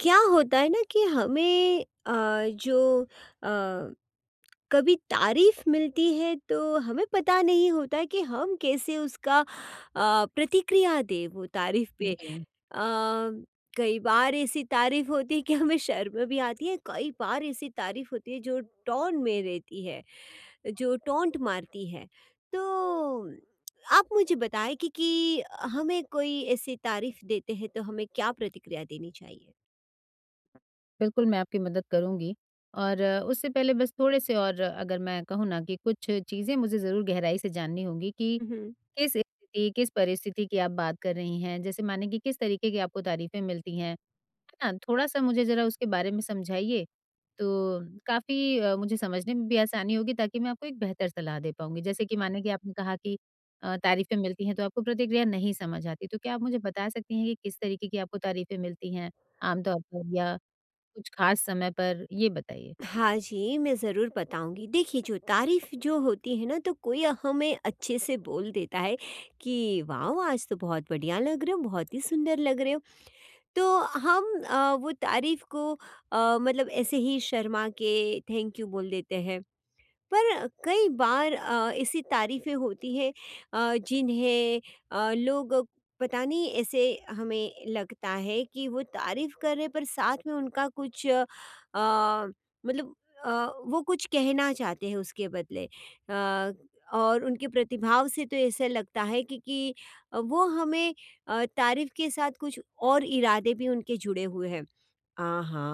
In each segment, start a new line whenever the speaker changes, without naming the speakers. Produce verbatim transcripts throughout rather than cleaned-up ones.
क्या होता है ना कि हमें अ, जो अ, कभी तारीफ मिलती है तो हमें पता नहीं होता है कि हम कैसे उसका अ, प्रतिक्रिया दें वो तारीफ पे अ,
जी,
कई बार ऐसी तारीफ होती है कि हमें शर्म भी आती है कई बार ऐसी तारीफ होती है जो टोन में रहती है जो टोंट मारती है तो आप मुझे बताएं कि कि हमें कोई ऐसी तारीफ देते हैं तो हमें क्या प्रतिक्रिया देनी चाहिए।
बिल्कुल मैं आपकी मदद करूँगी। और अ, उससे पहले बस थोड़े-से और अ, अगर मैं कहूँ ना कि कुछ चीज़ें मुझे ज़रूर गहराई से जाननी होंगी कि
हुँ।
किस स्थिति, किस परिस्थिति की आप बात कर रही हैं? जैसे माने कि किस तरीके की आपको तारीफ़ें मिलती हैं, है ना? थोड़ा-सा मुझे ज़रा उसके बारे में समझाइए, तो काफ़ी अ, मुझे समझने में भी आसानी होगी ताकि मैं आपको एक बेहतर सलाह दे पाऊँगी। जैसे कि माने कि आपने कहा कि अ, तारीफ़ें मिलती हैं तो आपको प्रतिक्रिया नहीं समझ आती, तो क्या आप मुझे बता सकती हैं कि किस तरीके की आपको तारीफ़ें मिलती हैं आम तौर पर या कुछ खास समय पर ये बताइए?
हाँ जी, मैं ज़रूर बताऊँगी। देखिए जो तारीफ़ जो होती है ना तो कोई हमें अच्छे से बोल देता है कि वाओ! आज तो बहुत बढ़िया लग रहे हो, बहुत ही सुंदर लग रहे हो। तो हम अ, वो तारीफ़ को अ, मतलब ऐसे ही शर्मा के थैंक यू बोल देते हैं। पर कई बार अ, ऐसी तारीफ़ें होती हैं अ, जिन्हें अ, लोग पता नहीं ऐसे हमें लगता है कि वो तारीफ़ कर रहे पर साथ में उनका कुछ अ, अ, मतलब अ, वो कुछ कहना चाहते हैं उसके बदले अ, और उनके प्रतिभाव से तो ऐसा लगता है कि कि वो हमें अ, तारीफ़ के साथ कुछ और इरादे भी उनके जुड़े हुए हैं। आहा,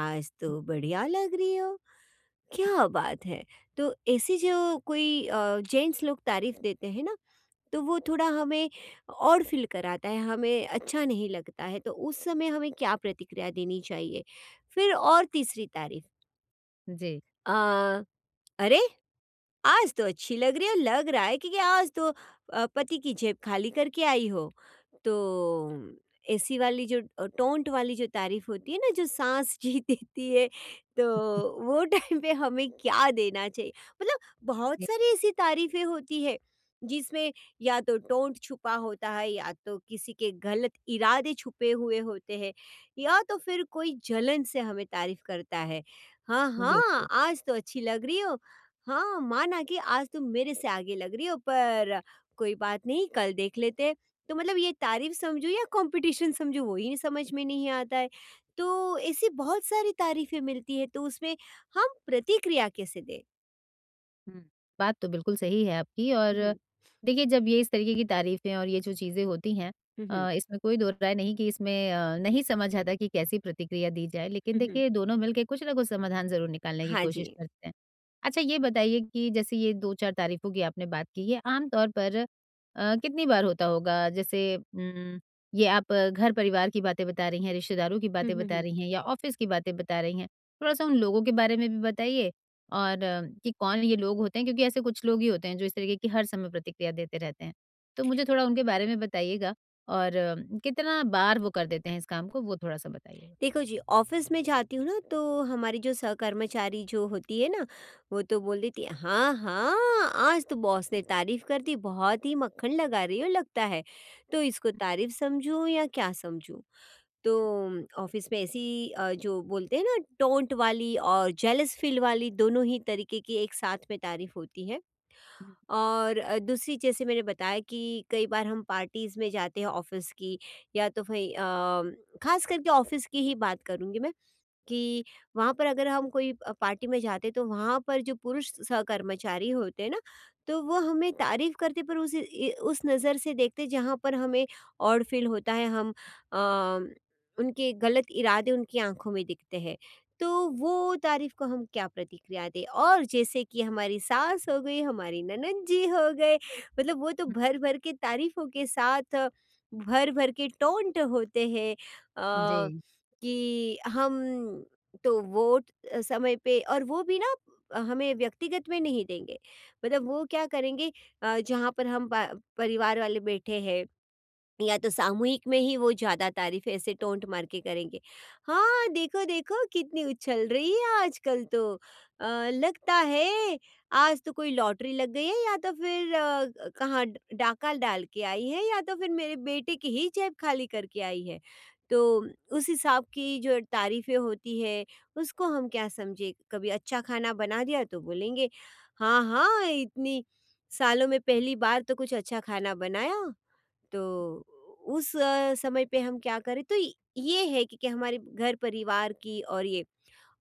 आज तो बढ़िया लग रही हो, क्या बात है। तो ऐसी जो कोई जेंट्स लोग तारीफ देते हैं ना तो वो थोड़ा हमें और फील कराता है, हमें अच्छा नहीं लगता है, तो उस समय हमें क्या प्रतिक्रिया देनी चाहिए। फिर और तीसरी तारीफ,
जी।
आ, अरे आज तो अच्छी लग रही हो, लग रहा है कि आज तो अ, पति की जेब खाली करके आई हो। तो ऐसी वाली जो अ, टोंट वाली जो तारीफ़ होती है ना जो साँस जी देती है, तो वो टाइम पे हमें क्या देना चाहिए? मतलब बहुत
जी।
सारी ऐसी तारीफ़ें होती है, जिसमें या तो टोंट छुपा होता है या तो किसी के गलत इरादे छुपे हुए होते हैं या तो फिर कोई जलन से हमें तारीफ़ करता है। हाँ, हाँ,
बिल्कुल।
आज तो अच्छी लग रही हो। हाँ, माना कि आज तुम मेरे से आगे लग रही हो पर कोई बात नहीं कल देख लेते। तो मतलब ये तारीफ़ समझूँ या कॉम्पिटिशन समझूँ वो ही समझ में नहीं आता है। तो ऐसी बहुत सारी तारीफ़ें मिलती है तो उसमें हम प्रतिक्रिया कैसे दें?
हुँ, बात तो बिल्कुल सही है आपकी। और
हुँ, हुँ।
देखिए जब ये इस तरीके की तारीफ़ें और ये जो चीज़ें होती हैं,
हुँ, हुँ।
अ, इसमें कोई दो राय नहीं कि इसमें अ, नहीं समझ आता कि कैसी प्रतिक्रिया दी जाए। लेकिन
हुँ, हुँ।
देखिए दोनों मिलके कुछ ना कुछ समाधान ज़रूर निकालने की
हाँ जी।
कोशिश करते हैं। अच्छा ये बताइए कि जैसे ये दो से चार तारीफ़ों की आपने बात की, ये आम तौर पर अ, कितनी बार होता होगा? जैसे उम, ये आप अ, घर परिवार की बातें बता रही हैं, रिश्तेदारों की
हुँ,
बातें
हुँ,
बता
हुँ।
रही हैं या ऑफ़िस की बातें बता रही हैं? थोड़ा-सा उन लोगों के बारे में भी बताइए और अ, कि कौन ये लोग होते हैं, क्योंकि ऐसे कुछ लोग ही होते हैं जो इस तरीके की हर समय प्रतिक्रिया देते रहते हैं। तो मुझे थोड़ा उनके बारे में बताइएगा और अ, कितना बार वो कर देते हैं इस काम को वो थोड़ा-सा बताइएगा?
देखो जी, ऑफ़िस में जाती हूँ ना तो हमारी जो सहकर्मचारी जो होती है ना, वो तो बोल देती है, "हाँ, हाँ, आज तो बॉस ने तारीफ़ कर दी, बहुत ही मक्खन लगा रही हो लगता है। तो इसको तारीफ़ समझूँ या क्या समझूँ?" तो ऑफ़िस में ऐसी अ, जो बोलते हैं ना टोंट वाली और जेलस फ़ील वाली दोनों ही तरीके की एक साथ में तारीफ़ होती है।
हुँ।
और अ, दूसरी जैसे मैंने बताया कि कई बार हम पार्टीज़ में जाते हैं ऑफ़िस की या तो भई अ, ख़ास करके ऑफ़िस की ही बात करूँगी मैं। कि वहाँ पर अगर हम कोई अ, पार्टी में जाते तो वहाँ पर जो पुरुष सहकर्मचारी होते हैं ना तो वो हमें तारीफ करते पर उस इ- उस नज़र से देखते जहाँ पर हमें ऑड फील होता है, हम अ, उनके गलत इरादे उनकी आंखों में दिखते हैं, तो वो तारीफ को हम क्या प्रतिक्रिया दें। और जैसे कि हमारी सास हो गई, हमारी ननद जी हो गए, मतलब वो तो भर भर के तारीफों के साथ अ, भर भर के टोंट होते हैं
जी।
कि हम, तो वोट अ, समय पे और वो भी ना अ, हमें व्यक्तिगत में नहीं देंगे, मतलब वो क्या करेंगे, अ, जहाँ पर हम पा- परिवार वाले बैठे हैं, या तो सामूहिक में ही वो ज़्यादा तारीफ ऐसे टोंट मार के करेंगे। हाँ, देखो, देखो कितनी उछल रही है आजकल तो। अ, लगता है आज तो कोई लॉटरी लग गई है या तो फिर अ, कहाँ ड डाका डाल के आई है या तो फिर मेरे बेटे की ही जेब खाली करके आई है। तो उस हिसाब की जो तारीफ़ें होती है उसको हम क्या समझे, कभी अच्छा खाना बना दिया तो बोलेंगे, "हाँ, हाँ, इतनी सालों में पहली बार तो कुछ अच्छा खाना बनाया।" तो उस अ, समय पे हम क्या करें, तो य ये है कि कि हमारे घर परिवार की और ये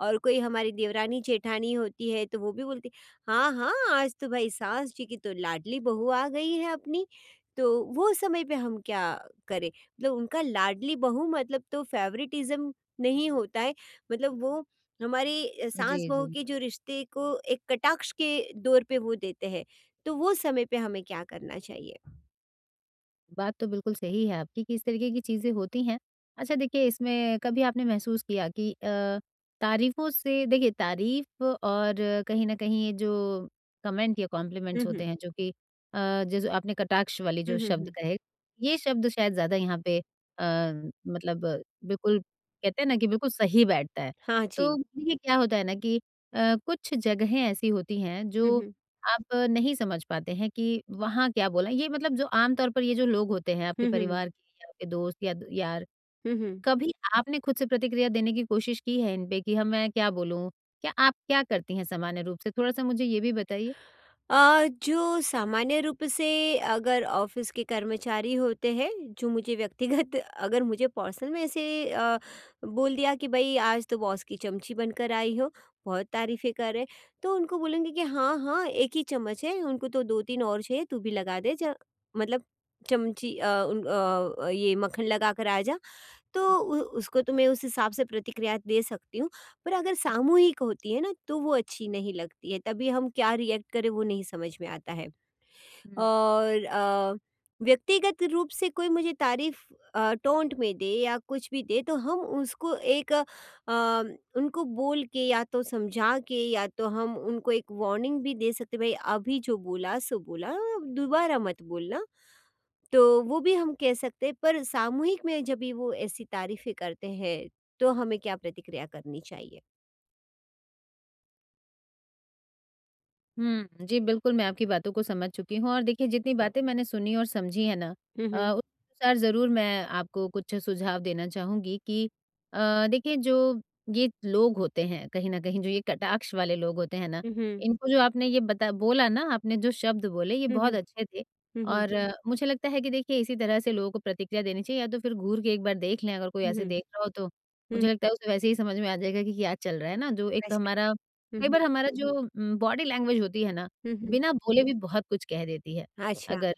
और कोई हमारी देवरानी जेठानी होती है तो वो भी बोलती, हाँ, हाँ, आज तो भाई सास जी की तो लाडली बहू आ गई है अपनी। तो वो समय पे हम क्या करें? मतलब उनका लाडली बहू मतलब तो फ़ेवरेटिज़्म नहीं होता है। मतलब वो हमारी अ,
जी,
सास-बहू
जी।
के जो रिश्ते को एक कटाक्ष के दौर पे वो देते हैं। तो वो समय पे हमें क्या करना चाहिए?
बात तो बिल्कुल सही है आपकी कि इस तरीके की चीज़ें होती हैं। अच्छा देखिए इसमें कभी आपने महसूस किया कि अ, तारीफ़ों से देखिए तारीफ़ और कहीं न कहीं ये जो कमेंट या
हुँ,
कॉम्प्लीमेंट्स होते
हुँ।
हैं जो कि अ, जैसे आपने कटाक्ष वाले जो
हुँ, हुँ,
शब्द
हुँ।
कहे, ये शब्द शायद ज़्यादा यहाँ पे अ, मतलब बिल्कुल कहते हैं ना कि बिल्कुल सही बैठता है।
हाँ
तो
जी।
देखिए क्या होता है ना कि अ, कुछ जगहें ऐसी होती हैं
हुँ,
जो
हुँ।
आप नहीं समझ पाते हैं कि वहाँ क्या बोला। ये मतलब जो आम तौर पर ये जो लोग होते हैं आपके
हुँ, हुँ, हुँ।
परिवार के या आपके दोस्त या द यार,
हुँ, हुँ।
कभी आपने खुद से प्रतिक्रिया देने की कोशिश की है इन पे कि हाँ, मैं क्या बोलूँ? क्या आप क्या करती हैं सामान्य रूप से? थोड़ा-सा मुझे ये भी बताइए?
अ, जो सामान्य रूप से अगर ऑफ़िस के कर्मचारी होते हैं, जो मुझे व्यक्तिगत अगर मुझे पर्सनल में ऐसे अ, बोल दिया कि भई आज तो बॉस की चमची बनकर आई हो, बहुत तारीफ़ें कर रहे, तो उनको बोलूँगी कि हाँ, हाँ, एक ही चम्मच है, उनको तो दो तीन और चाहिए, तू भी लगा दे ज, मतलब चमची अ, उन अ, ये मक्खन लगा कर आ जा। तो उ उसको तो मैं उस हिसाब से प्रतिक्रिया दे सकती हूँ, पर अगर सामूहिक होती है ना, तो वो अच्छी नहीं लगती है, तभी हम क्या रिएक्ट करें वो नहीं समझ में आता है।
हुँ।
और अ, व्यक्तिगत रूप से कोई मुझे तारीफ अ, टोंट में दे या कुछ भी दे तो हम उसको एक अ, अ, उनको बोल के या तो समझा के या तो हम उनको एक वार्निंग भी दे सकते, भाई अभी जो बोला सो बोला, अब दोबारा मत बोलना, तो वो भी हम कह सकते हैं, पर सामूहिक में जब भी वो ऐसी तारीफें करते हैं तो हमें क्या प्रतिक्रिया करनी चाहिए।
हुँ। जी, बिल्कुल, मैं आपकी बातों को समझ चुकी हूँ और देखिए जितनी बातें मैंने सुनी और समझी है ना, अ,
हम्म,
उस अनुसार ज़रूर मैं आपको कुछ सुझाव देना चाहूँगी कि अ, देखिए जो ये लोग होते हैं कहीं न कहीं, जो ये कटाक्ष वाले लोग होते हैं ना,
हम्म। हम्म।
इनको जो आपने ये बता बोला ना, आपने जो शब्द बोले ये
हम्म,
बहुत
हम्म।
अच्छे थे।
हम्म,
और अ, मुझे लगता है कि देखिए इसी तरह से लोगों को प्रतिक्रिया देनी चाहिए, या तो फिर घूर के एक बार देख लें अगर कोई ऐसे
हम्म,
देख रहा हो तो। मुझे
हम्म,
लगता है उसे वैसे ही समझ में आ जाएगा कि क्या चल रहा है ना, जो एक
अच्छा।
हमारा कई
हम्म,
बार हमारा जो उम, बॉडी लैंग्वेज होती है ना,
हम्म, हम्म,
बिना बोले भी बहुत कुछ कह देती है।
अच्छा।
अगर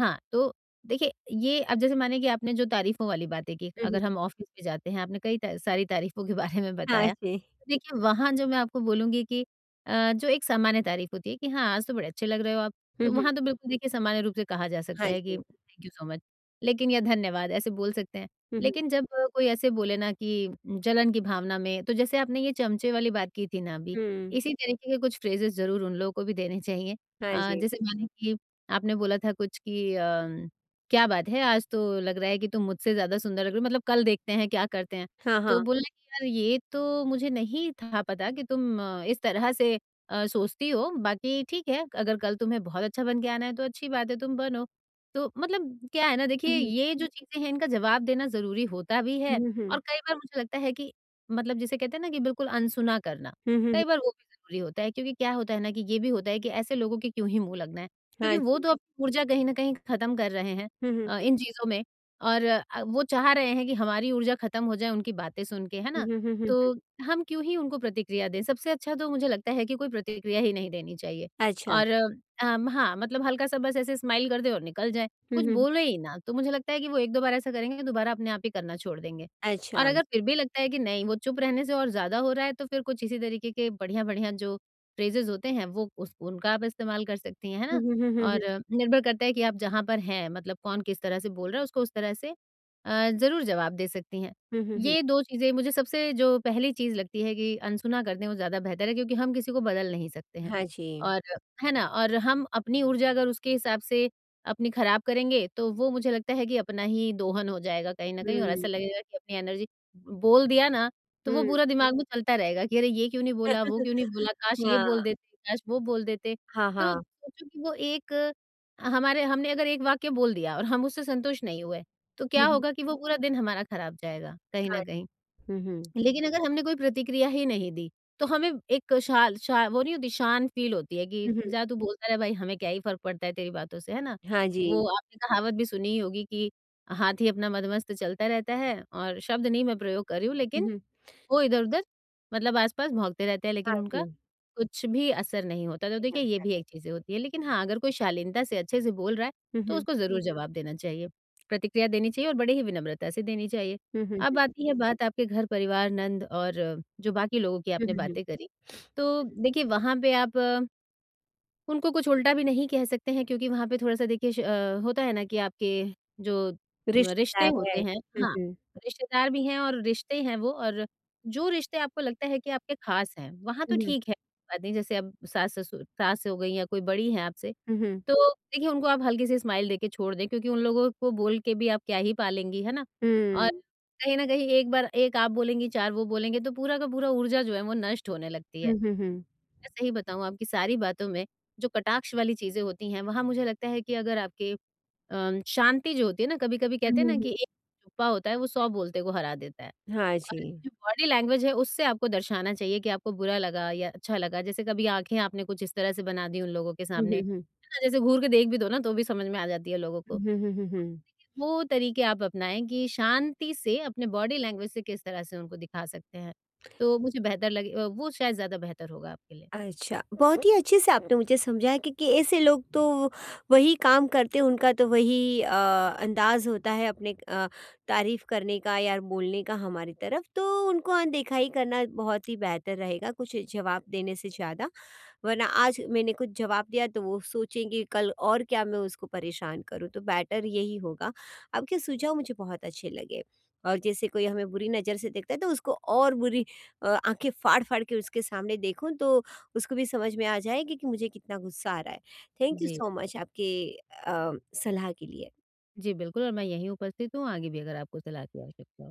हाँ, तो देखिए ये अब जैसे माने कि आपने जो तारीफ़ों वाली बातें की, अगर हम ऑफ़िस में जाते हैं, आपने कई त सारी तारीफ़ों के बारे में
हाँ
बताया।
जी।
देखिए, वहाँ जो मैं आपको बोलूँगी कि अ, जो एक सामान्य तारीफ़ होती है कि हाँ, आज तो बड़े अच्छे लग रहे हो आप,
हुँ,
तो
हुँ।
वहाँ तो बिल्कुल देखिए सामान्य रूप से कहा जा सकता
हाँ
है कि
जी।
थैंक यू सो मच, लेकिन या धन्यवाद ऐसे बोल सकते हैं।
हुँ, हुँ।
लेकिन जब अ, कोई ऐसे बोले ना कि जलन की भावना में, तो जैसे आपने ये चमचे वाली बात की थी ना अभी,
हुँ।
इसी तरीके के कुछ फ्रेजेज़ ज़रूर उन लोगों को भी देने चाहिए।
हाँ
अ,
जी।
जैसे माने हुँ। कि आपने बोला था कुछ कि अ, क्या बात है आज तो लग रहा है कि तुम मुझसे ज़्यादा सुंदर लग रहे हो, मतलब कल देखते हैं क्या करते हैं।
हाँ,
तो
हाँ।
बोला कि यार ये तो मुझे नहीं था पता कि तुम अ, इस तरह से अ, सोचती हो, बाकी ठीक है, अगर कल तुम्हें बहुत अच्छा बन के आना है तो अच्छी बात है तुम बनो। तो मतलब क्या है ना
हुँ,
देखिए,
हुँ।
ये जो चीज़ें हैं इनका जवाब देना ज़रूरी होता भी है।
हुँ, हुँ,
और
हुँ।
कई बार मुझे लगता है कि मतलब जिसे कहते हैं ना कि बिल्कुल अनसुना करना,
हुँ, हुँ, हुँ।
कई बार वो भी ज़रूरी होता है, क्योंकि क्या होता है ना कि ये भी होता है कि ऐसे लोगों के क्यों ही मुँह लगना है, क्योंकि
हाँ
वो
जी।
तो अपनी ऊर्जा कहीं न कहीं खत्म कर रहे हैं
हुँ, हुँ,
अ,
हुँ।
इन चीज़ों में। और अ, वो चाह रहे हैं कि हमारी ऊर्जा खत्म हो जाए उनकी बातें सुन के, है ना?
हुँ, हुँ, हुँ।
तो हम क्यों ही उनको प्रतिक्रिया दें? सबसे अच्छा तो मुझे लगता है कि कोई प्रतिक्रिया ही नहीं देनी चाहिए।
अच्छा।
और अम, हाँ, मतलब हल्का-सा बस ऐसे स्माइल कर दें और निकल जाएँ।
हुँ,
कुछ
हुँ।
बोले ही ना, तो मुझे लगता है कि वो एक से दो बार ऐसा करेंगे, दोबारा अपने आप ही करना छोड़ देंगे। और
अच्छा।
अगर फिर भी लगता है कि नहीं, वो चुप रहने से और ज़्यादा हो रहा है, तो फिर कुछ इसी तरीके के बढ़िया-बढ़िया जो फ्रेजेज़ होते हैं, वो उस उनका आप इस्तेमाल कर सकती हैं, है ना?
हुँ, हुँ, हुँ, हुँ, हुँ।
और अ, निर्भर करता है कि आप जहाँ पर हैं, मतलब कौन किस तरह से बोल रहा है उसको उस तरह से अ, ज़रूर जवाब दे सकती हैं।
हुँ, हुँ, हुँ।
ये दो चीज़ें मुझे सबसे जो पहली चीज़ लगती है कि अनसुना कर दें, वो ज़्यादा बेहतर है क्योंकि हम किसी को बदल नहीं सकते हैं।
हाँ जी।
और है ना? और हम अपनी ऊर्जा अगर उसके हिसाब से अपनी ख़राब करेंगे तो वो मुझे लगता है कि अपना ही दोहन हो जाएगा कहीं न कहीं,
हुँ,
और ऐसा
हुँ।
लगेगा कि अपनी एनर्जी बोल दिया ना, तो वो पूरा दिमाग में चलता रहेगा कि अरे! ये क्यों नहीं बोला, वो क्यों नहीं बोला, काश ये बोल
हाँ।
देते, काश वो बोल देते।
हाँ,
तो
हाँ।
सोचो कि वो एक अ, हमारे हमने अगर एक वाक्य बोल दिया और हम उससे संतुष्ट नहीं हुए, तो
हुँ,
क्या
हुँ।
होगा कि वो पूरा दिन हमारा खराब जाएगा, कहीं
हाँ।
न कहीं।
हुँ, हुँ।
लेकिन अगर हमने कोई प्रतिक्रिया ही नहीं दी, तो हमें एक शा शा वो नहीं होती शान फ़ील होती है कि
हुँ, हुँ।
जा तू बोलता रह भाई, हमें क्या ही फ़र्क पड़ता है तेरी बातों से, है ना?
हाँ जी।
वो आपने कहावत भी सुनी ही होगी कि हाथी अपना मदमस्त चलता रहता है, और शब्द नहीं मैं प्रयोग कर रही हूँ
हुँ,
लेकिन
हुँ।
वो इधर-उधर, मतलब आस-पास भौंकते रहते हैं
हाँ
लेकिन उनका
जी।
कुछ भी असर नहीं होता। तो
ठीक
देखिए ये
है।
भी एक चीज़ें होती है। लेकिन हाँ, अगर कोई शालीनता से अच्छे से बोल रहा है
हुँ,
तो
हुँ।
उसको ज़रूर जवाब देना चाहिए। प्रतिक्रिया देनी चाहिए और बड़े ही विनम्रता से देनी चाहिए।
हुँ, हुँ।
अब आती है बात आपके घर परिवार, नंद और जो बाकी लोगों की
हुँ,
आपने
हुँ, हुँ। हुँ।
बातें करी। तो देखिए वहाँ पे आप उनको कुछ उल्टा भी नहीं कह सकते हैं, क्योंकि वहाँ पे थोड़ा-सा देखिए श अ, होता है ना कि आपके जो म रिश्ते
रिश्तेदार है।
होते हैं।
हुँ,
हाँ,
हुँ।
रिश्तेदार भी हैं और रिश्ते हैं वो, और जो रिश्ते आपको लगता है कि आपके ख़ास हैं, वहाँ तो
हुँ, हुँ।
ठीक है, बात नहीं। जैसे अब सास-ससुर, सास हो गई या कोई बड़ी हैं आपसे,
हुँ, हुँ।
तो देखिए उनको आप हल्की सी स्माइल देके छोड़ दें, क्योंकि उन लोगों को बोल के भी आप क्या ही पालेंगी, है ना? और
हुँ।
कहीं न कहीं एक बार एक आप बोलेंगी, चार वो बोलेंगे तो पूरा का पूरा ऊर्जा जो है वो नष्ट होने लगती
हुँ,
है।
हुँ, हुँ।
मैं सही बताऊँ, आपकी सारी बातों में, जो कटाक्ष वाली चीज़ें होती हैं, वहाँ मुझे लगता है कि अगर आपके अ, शांति जो होती है ना, कभी-कभी
हुँ,
कहते हैं
हुँ,
ना
हुँ।
कि एक चुप्पा होता है, वो सौ बोलते को हरा देता है।
हाँ
और
जी।
आपकी जो बॉडी लैंग्वेज है, उससे आपको दर्शाना चाहिए कि आपको बुरा लगा या अच्छा लगा। जैसे कभी आँखें आपने कुछ इस तरह से बना दी उन लोगों के
हुँ,
सामने, है
हुँ, हुँ।
ना? जैसे घूर के देख भी दो ना, तो भी समझ में आ जाती है लोगों
हुँ,
को।
हुँ, हुँ, हुँ, हुँ।
वो तरीके आप अपनाएँ कि शांति से अपने बॉडी लैंग्वेज से किस तरह से उनको दिखा सकते हैं। तो मुझे बेहतर लगे अ, वो शायद ज़्यादा बेहतर होगा आपके लिए।
अच्छा, बहुत ही अच्छे से आपने मुझे समझाया क्योंकि ऐसे लोग तो वही काम करते हैं, उनका तो वही अ, अंदाज़ होता है अपने अ, तारीफ़ करने का या बोलने का हमारी तरफ, तो उनको अनदेखा ही करना बहुत ही बेहतर रहेगा, कुछ जवाब देने से ज़्यादा। वरना आज मैंने कुछ जवाब दिया तो वो सोचेंगे कल और क्या मैं उसको परेशान करूँ, तो बेटर यही होगा। आपके सुझाव मुझे बहुत अच्छे लगे और जैसे कोई हमें बुरी नज़र से देखता है तो उसको और बुरी अ, आँखें फाड़-फाड़ के उसके सामने देखूँ तो उसको भी समझ में आ जाएगी कि मुझे कितना गुस्सा आ रहा है। थैंक यू
जी।
सो मच आपके अ, सलाह के लिए।
जी, बिल्कुल, और मैं यहीं उपस्थित हूँ, आगे भी अगर आपको सलाह की आवश्यकता हो।